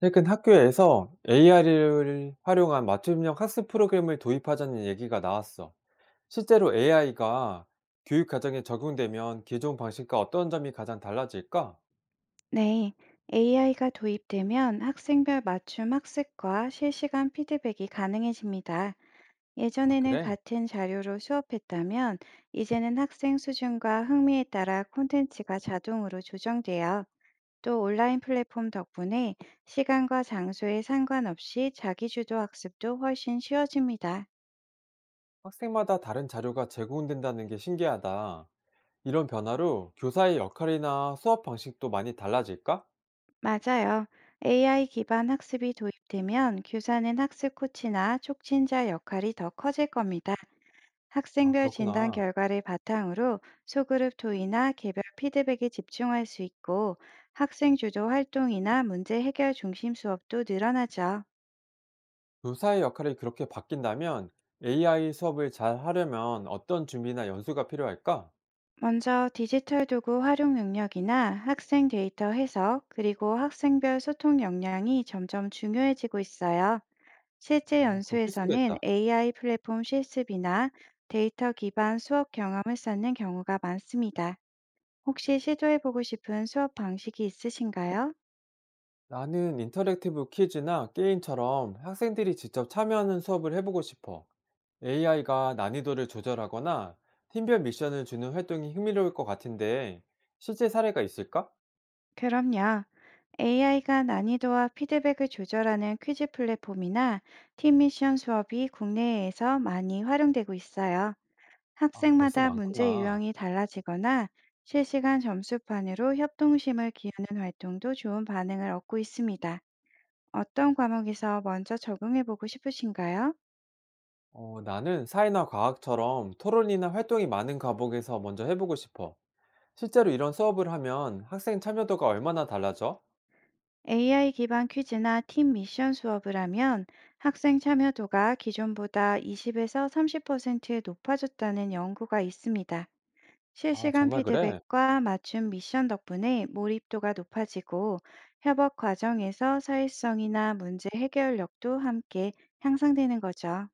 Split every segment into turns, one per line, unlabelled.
최근 학교에서 AI를 활용한 맞춤형 학습 프로그램을 도입하자는 얘기가 나왔어. 실제로 AI가 교육 과정에 적용되면 기존 방식과 어떤 점이 가장 달라질까?
네, AI가 도입되면 학생별 맞춤 학습과 실시간 피드백이 가능해집니다.
아,
예전에는
그래?
같은 자료로 수업했다면 이제는 학생 수준과 흥미에 따라 콘텐츠가 자동으로 조정돼요. 또 온라인 플랫폼 덕분에 시간과 장소에 상관없이 자기주도 학습도 훨씬 쉬워집니다.
학생마다 다른 자료가 제공된다는 게 신기하다. 이런 변화로 교사의 역할이나 수업 방식도 많이 달라질까?
맞아요. AI 기반 학습이 도입되면 교사는 학습 코치나 촉진자 역할이 더 커질 겁니다.
아,
학생별 진단
그렇구나.
결과를 바탕으로 소그룹 토의나 개별 피드백에 집중할 수 있고 학생 주도 활동이나 문제 해결 중심 수업도 늘어나죠.
교사의 역할이 그렇게 바뀐다면 AI 수업을 잘 하려면 어떤 준비나 연수가 필요할까?
먼저 디지털 도구 활용 능력이나 학생 데이터 해석 그리고 학생별 소통 역량이 점점 중요해지고 있어요. 실제
그건
연수에서는
필수겠다.
AI 플랫폼 실습이나 데이터 기반 수업 경험을 쌓는 경우가 많습니다. 혹시 시도해보고 싶은 수업 방식이 있으신가요?
나는 인터랙티브 퀴즈나 게임처럼 학생들이 직접 참여하는 수업을 해보고 싶어. AI가 난이도를 조절하거나 팀별 미션을 주는 활동이 흥미로울 것 같은데 실제 사례가 있을까?
그럼요. AI가 난이도와 피드백을 조절하는 퀴즈 플랫폼이나 팀 미션 수업이 국내에서 많이 활용되고 있어요.
아, 벌써
학생마다 문제
많구나.
유형이 달라지거나 실시간 점수판으로 협동심을 기르는 활동도 좋은 반응을 얻고 있습니다. 어떤 과목에서 먼저 적용해 보고 싶으신가요?
나는 사회나 과학처럼 토론이나 활동이 많은 과목에서 먼저 해보고 싶어. 실제로 이런 수업을 하면 학생 참여도가 얼마나 달라져?
AI 기반 퀴즈나 팀 미션 수업을 하면 학생 참여도가 기존보다 20에서 30% 높아졌다는 연구가 있습니다.
아,
실시간
정말 그래?
피드백과 맞춤 미션 덕분에 몰입도가 높아지고 협업 과정에서 사회성이나 문제 해결력도 함께 향상되는 거죠.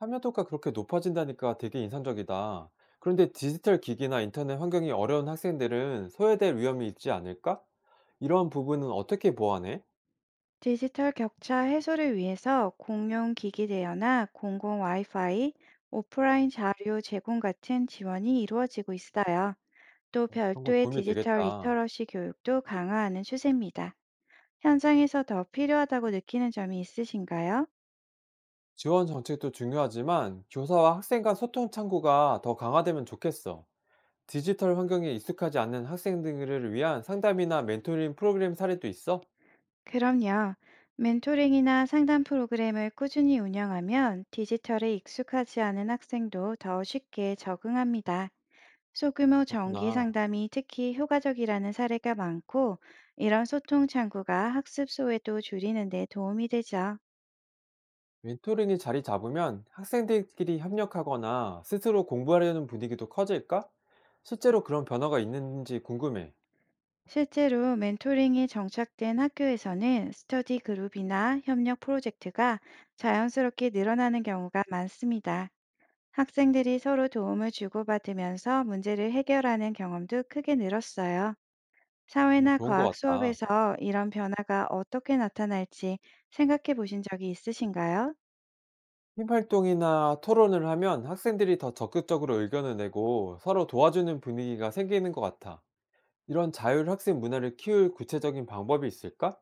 참여도가 그렇게 높아진다니까 되게 인상적이다. 그런데 디지털 기기나 인터넷 환경이 어려운 학생들은 소외될 위험이 있지 않을까? 이런 부분은 어떻게 보완해?
디지털 격차 해소를 위해서 공용 기기 대여나 공공 와이파이, 오프라인 자료 제공 같은 지원이 이루어지고 있어요. 또
그런 건
별도의
도움이
디지털
되겠다.
리터러시 교육도 강화하는 추세입니다. 현장에서 더 필요하다고 느끼는 점이 있으신가요?
지원 정책도 중요하지만 교사와 학생 간 소통 창구가 더 강화되면 좋겠어. 디지털 환경에 익숙하지 않는 학생들을 위한 상담이나 멘토링 프로그램 사례도 있어?
그럼요. 멘토링이나 상담 프로그램을 꾸준히 운영하면 디지털에 익숙하지 않은 학생도 더 쉽게 적응합니다. 소규모 정기
그렇구나.
상담이 특히 효과적이라는 사례가 많고, 이런 소통 창구가 학습 소외도 줄이는 데 도움이 되죠.
멘토링이 자리 잡으면 학생들끼리 협력하거나 스스로 공부하려는 분위기도 커질까? 실제로 그런 변화가 있는지 궁금해.
실제로 멘토링이 정착된 학교에서는 스터디 그룹이나 협력 프로젝트가 자연스럽게 늘어나는 경우가 많습니다. 학생들이 서로 도움을 주고받으면서 문제를 해결하는 경험도 크게 늘었어요.
정말
사회나
좋은 것
과학
같다.
수업에서 이런 변화가 어떻게 나타날지 생각해 보신 적이 있으신가요?
팀 활동이나 토론을 하면 학생들이 더 적극적으로 의견을 내고 서로 도와주는 분위기가 생기는 것 같아. 이런 자율 학습 문화를 키울 구체적인 방법이 있을까?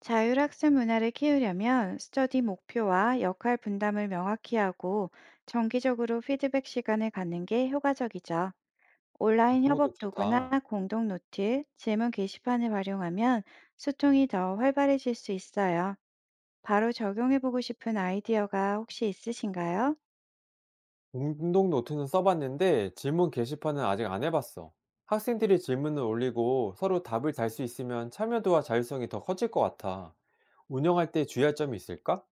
자율학습 문화를 키우려면 스터디 목표와 역할 분담을 명확히 하고 정기적으로 피드백 시간을 갖는 게 효과적이죠.
아,
온라인
그런 것도
협업
좋다.
도구나 공동 노트, 질문 게시판을 활용하면 소통이 더 활발해질 수 있어요. 바로 적용해보고 싶은 아이디어가 혹시 있으신가요?
공동 노트는 써봤는데 질문 게시판은 아직 안 해봤어. 학생들이 질문을 올리고 서로 답을 달 수 있으면 참여도와 자율성이 더 커질 것 같아. 운영할 때 주의할 점이 있을까?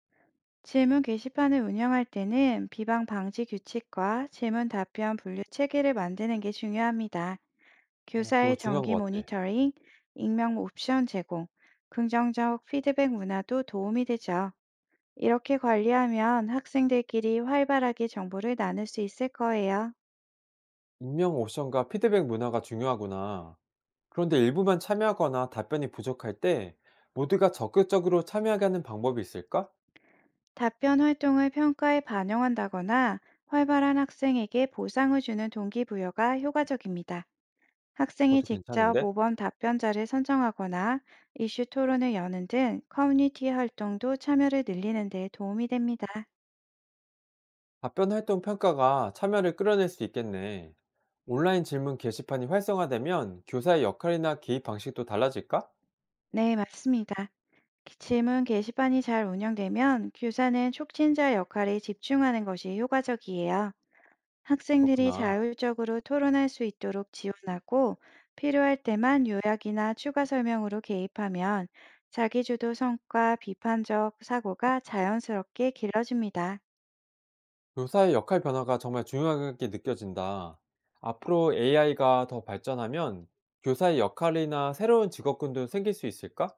질문 게시판을 운영할 때는 비방 방지 규칙과 질문 답변 분류 체계를 만드는 게 중요합니다. 교사의
그거 중요한
정기
것 같아.
모니터링, 익명 옵션 제공, 긍정적 피드백 문화도 도움이 되죠. 이렇게 관리하면 학생들끼리 활발하게 정보를 나눌 수 있을 거예요.
익명 옵션과 피드백 문화가 중요하구나. 그런데 일부만 참여하거나 답변이 부족할 때 모두가 적극적으로 참여하게 하는 방법이 있을까?
답변 활동을 평가에 반영한다거나 활발한 학생에게 보상을 주는 동기부여가 효과적입니다. 학생이
그것도
직접
괜찮은데?
모범 답변자를 선정하거나 이슈 토론을 여는 등 커뮤니티 활동도 참여를 늘리는 데 도움이 됩니다.
답변 활동 평가가 참여를 끌어낼 수 있겠네. 온라인 질문 게시판이 활성화되면 교사의 역할이나 개입 방식도 달라질까?
네, 맞습니다. 질문 게시판이 잘 운영되면 교사는 촉진자 역할에 집중하는 것이 효과적이에요. 학생들이
그렇구나.
자율적으로 토론할 수 있도록 지원하고 필요할 때만 요약이나 추가 설명으로 개입하면 자기주도 성과 비판적 사고가 자연스럽게 길러집니다.
교사의 역할 변화가 정말 중요하게 느껴진다. 앞으로 AI가 더 발전하면 교사의 역할이나 새로운 직업군도 생길 수 있을까?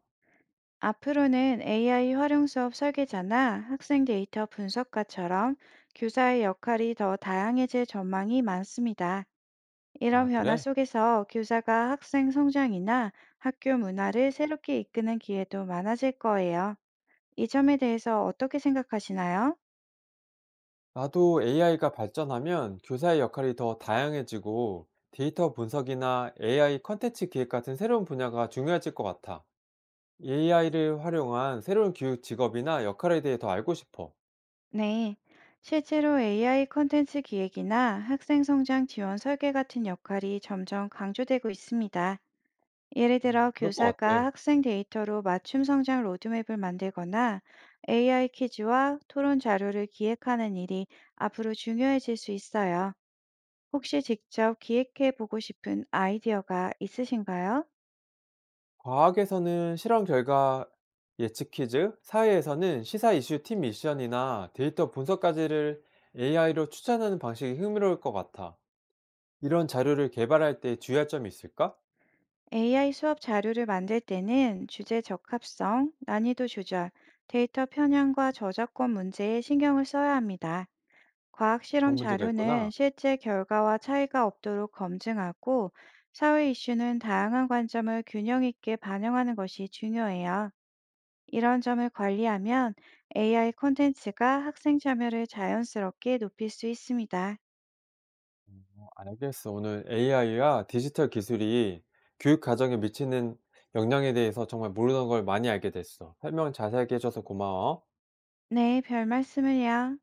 앞으로는 AI 활용 수업 설계자나 학생 데이터 분석가처럼 교사의 역할이 더 다양해질 전망이 많습니다.
아,
이런 변화
그래?
속에서 교사가 학생 성장이나 학교 문화를 새롭게 이끄는 기회도 많아질 거예요. 이 점에 대해서 어떻게 생각하시나요?
나도 AI가 발전하면 교사의 역할이 더 다양해지고 데이터 분석이나 AI 컨텐츠 기획 같은 새로운 분야가 중요해질 것 같아. AI를 활용한 새로운 교육 직업이나 역할에 대해 더 알고 싶어.
네. 실제로 AI 콘텐츠 기획이나 학생 성장 지원 설계 같은 역할이 점점 강조되고 있습니다. 예를 들어
그럴 것
교사가
같아.
학생 데이터로 맞춤 성장 로드맵을 만들거나 AI 퀴즈와 토론 자료를 기획하는 일이 앞으로 중요해질 수 있어요. 혹시 직접 기획해 보고 싶은 아이디어가 있으신가요?
과학에서는 실험 결과 예측 퀴즈, 사회에서는 시사 이슈 팀 미션이나 데이터 분석까지를 AI로 추천하는 방식이 흥미로울 것 같아. 이런 자료를 개발할 때 주의할 점이 있을까?
AI 수업 자료를 만들 때는 주제 적합성, 난이도 조절, 데이터 편향과 저작권 문제에 신경을 써야 합니다. 과학 실험
그런 문제가
자료는
있구나.
실제 결과와 차이가 없도록 검증하고 사회 이슈는 다양한 관점을 균형 있게 반영하는 것이 중요해요. 이런 점을 관리하면 AI 콘텐츠가 학생 참여를 자연스럽게 높일 수 있습니다.
알겠어. 오늘 AI와 디지털 기술이 교육 과정에 미치는 영향에 대해서 정말 모르는 걸 많이 알게 됐어. 설명 자세하게 해줘서 고마워.
네, 별 말씀을요.